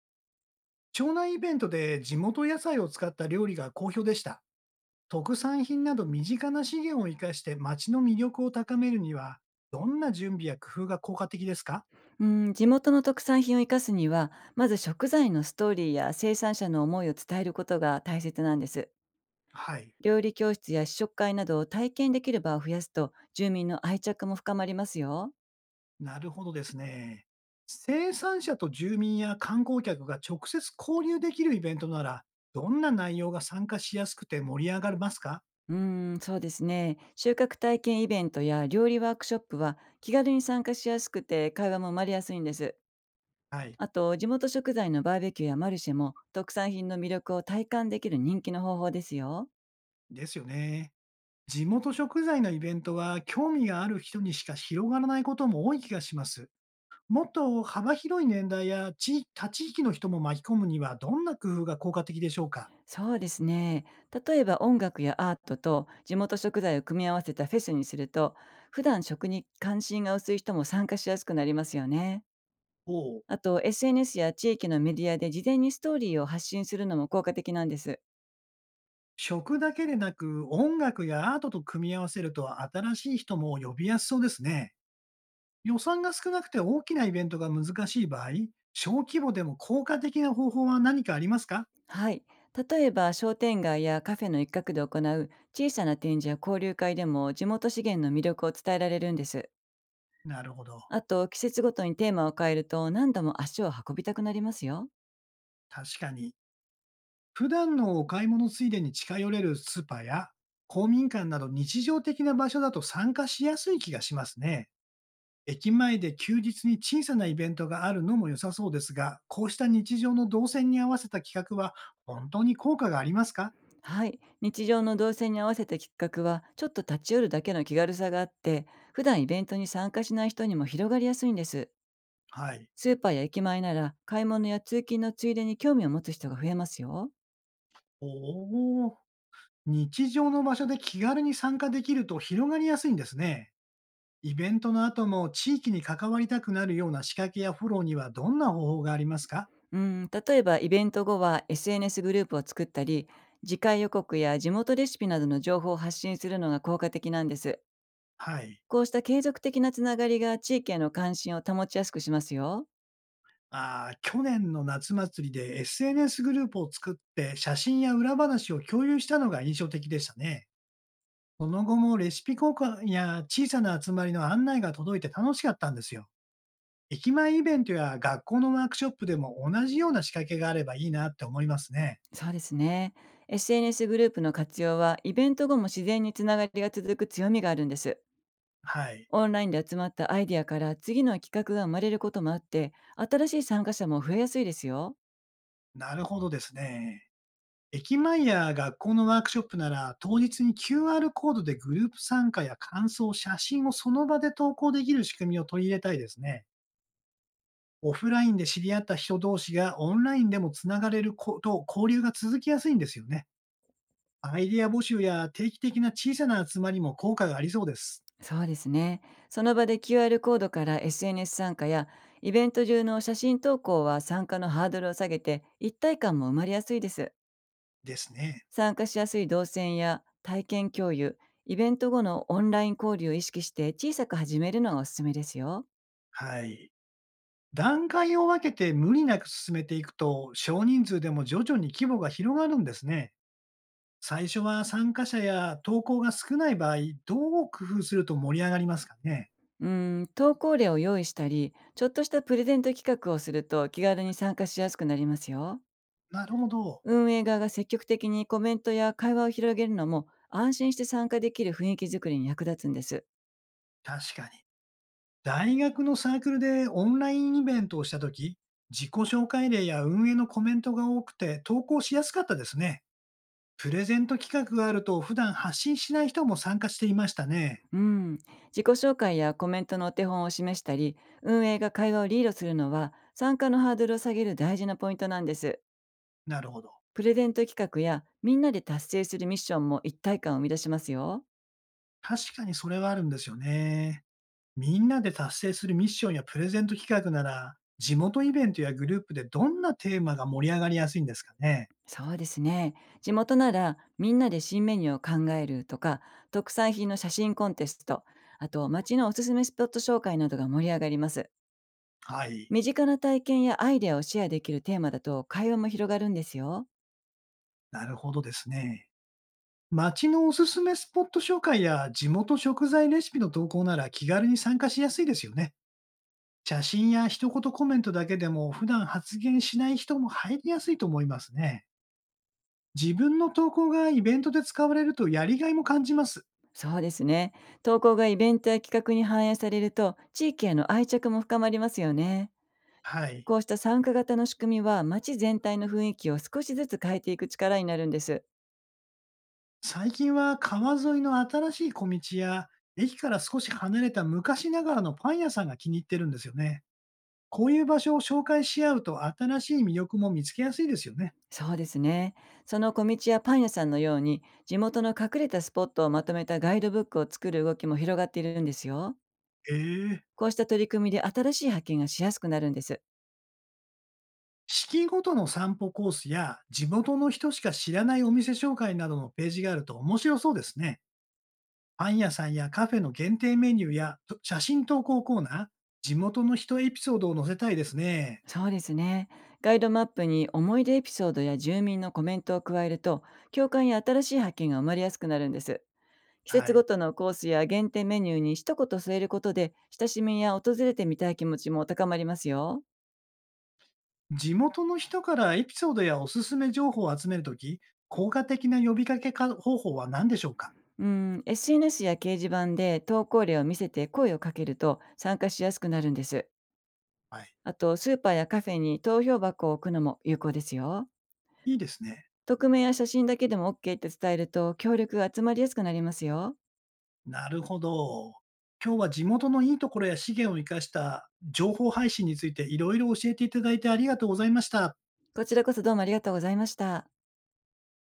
町内イベントで地元野菜を使った料理が好評でした。特産品など身近な資源を生かして町の魅力を高めるには、どんな準備や工夫が効果的ですか？うん、地元の特産品を生かすには、まず食材のストーリーや生産者の思いを伝えることが大切なんです。はい。料理教室や試食会などを体験できる場を増やすと、住民の愛着も深まりますよ。なるほどですね。生産者と住民や観光客が直接交流できるイベントなら、どんな内容が参加しやすくて盛り上がりますか？そうですね。収穫体験イベントや料理ワークショップは気軽に参加しやすくて会話も生まれやすいんです。はい。あと、地元食材のバーベキューやマルシェも特産品の魅力を体感できる人気の方法ですよ。ですよね。地元食材のイベントは興味がある人にしか広がらないことも多い気がします。もっと幅広い年代や地他地域の人も巻き込むにはどんな工夫が効果的でしょうか？そうですね。例えば音楽やアートと地元食材を組み合わせたフェスにすると、普段食に関心が薄い人も参加しやすくなりますよね。おう。あと、 SNS や地域のメディアで事前にストーリーを発信するのも効果的なんです。食だけでなく音楽やアートと組み合わせると新しい人も呼びやすそうですね。予算が少なくて大きなイベントが難しい場合、小規模でも効果的な方法は何かありますか？はい。例えば商店街やカフェの一角で行う小さな展示や交流会でも地元資源の魅力を伝えられるんです。なるほど。あと、季節ごとにテーマを変えると何度も足を運びたくなりますよ。確かに。普段のお買い物ついでに近寄れるスーパーや公民館など日常的な場所だと参加しやすい気がしますね。駅前で休日に小さなイベントがあるのも良さそうですが、こうした日常の動線に合わせた企画は本当に効果がありますか？はい。日常の動線に合わせた企画は、ちょっと立ち寄るだけの気軽さがあって、普段イベントに参加しない人にも広がりやすいんです。はい。スーパーや駅前なら、買い物や通勤のついでに興味を持つ人が増えますよ。おお、日常の場所で気軽に参加できると広がりやすいんですね。イベントの後も地域に関わりたくなるような仕掛けやフォローにはどんな方法がありますか？うん、例えばイベント後は SNS グループを作ったり、次回予告や地元レシピなどの情報を発信するのが効果的なんです。はい。こうした継続的なつながりが地域への関心を保ちやすくしますよ。あー、去年の夏祭りで SNS グループを作って写真や裏話を共有したのが印象的でしたね。その後もレシピ交換や小さな集まりの案内が届いて楽しかったんですよ。駅前イベントや学校のワークショップでも同じような仕掛けがあればいいなって思いますね。そうですね。SNS グループの活用は、イベント後も自然につながりが続く強みがあるんです。はい。オンラインで集まったアイディアから次の企画が生まれることもあって、新しい参加者も増えやすいですよ。なるほどですね。駅前や学校のワークショップなら当日に QR コードでグループ参加や感想、写真をその場で投稿できる仕組みを取り入れたいですね。オフラインで知り合った人同士がオンラインでもつながれること、交流が続きやすいんですよね。アイデア募集や定期的な小さな集まりも効果がありそうです。そうですね。その場で QR コードから SNS 参加や、イベント中の写真投稿は参加のハードルを下げて、一体感も生まれやすいです。ですね。参加しやすい動線や体験共有、イベント後のオンライン交流を意識して小さく始めるのがおすすめですよ。はい。段階を分けて無理なく進めていくと、少人数でも徐々に規模が広がるんですね。最初は参加者や投稿が少ない場合、どう工夫すると盛り上がりますかね。うん、投稿例を用意したり、ちょっとしたプレゼント企画をすると気軽に参加しやすくなりますよ。なるほど。運営側が積極的にコメントや会話を広げるのも安心して参加できる雰囲気づくりに役立つんです。確かに。大学のサークルでオンラインイベントをしたとき、自己紹介例や運営のコメントが多くて投稿しやすかったですね。プレゼント企画があると、普段発信しない人も参加していましたね。うん、自己紹介やコメントのお手本を示したり、運営が会話をリードするのは参加のハードルを下げる大事なポイントなんです。なるほど。プレゼント企画やみんなで達成するミッションも一体感を生み出しますよ。確かにそれはあるんですよね。みんなで達成するミッションやプレゼント企画なら、地元イベントやグループでどんなテーマが盛り上がりやすいんですかね。そうですね。地元ならみんなで新メニューを考えるとか、特産品の写真コンテスト、あと街のおすすめスポット紹介などが盛り上がります。はい。身近な体験やアイデアをシェアできるテーマだと会話も広がるんですよ。なるほどですね。街のおすすめスポット紹介や地元食材レシピの投稿なら気軽に参加しやすいですよね。写真や一言コメントだけでも普段発言しない人も入りやすいと思いますね。自分の投稿がイベントで使われるとやりがいも感じます。そうですね。投稿がイベントや企画に反映されると、地域への愛着も深まりますよね。はい。こうした参加型の仕組みは街全体の雰囲気を少しずつ変えていく力になるんです。最近は川沿いの新しい小道や、駅から少し離れた昔ながらのパン屋さんが気に入ってるんですよね。こういう場所を紹介し合うと新しい魅力も見つけやすいですよね。そうですね。その小道やパン屋さんのように、地元の隠れたスポットをまとめたガイドブックを作る動きも広がっているんですよ。ええ、こうした取り組みで新しい発見がしやすくなるんです。四季ごとの散歩コースや地元の人しか知らないお店紹介などのページがあると面白そうですね。パン屋さんやカフェの限定メニューやと写真投稿コーナー、地元の人エピソードを載せたいですね。そうですね。ガイドマップに思い出エピソードや住民のコメントを加えると、共感や新しい発見が生まれやすくなるんです。季は節ごい。とのコースや限定メニューに一言添えることで、親しみや訪れてみたい気持ちも高まりますよ。地元の人からエピソードやおすすめ情報を集めるとき、効果的な呼びかけか方法は何でしょうか？うん、SNS や掲示板で投稿例を見せて声をかけると参加しやすくなるんです。はい。あと、スーパーやカフェに投票箱を置くのも有効ですよ。いいですね。匿名や写真だけでも OK って伝えると協力が集まりやすくなりますよ。なるほど。今日は地元のいいところや資源を生かした情報配信についていろいろ教えていただいてありがとうございました。こちらこそどうもありがとうございました。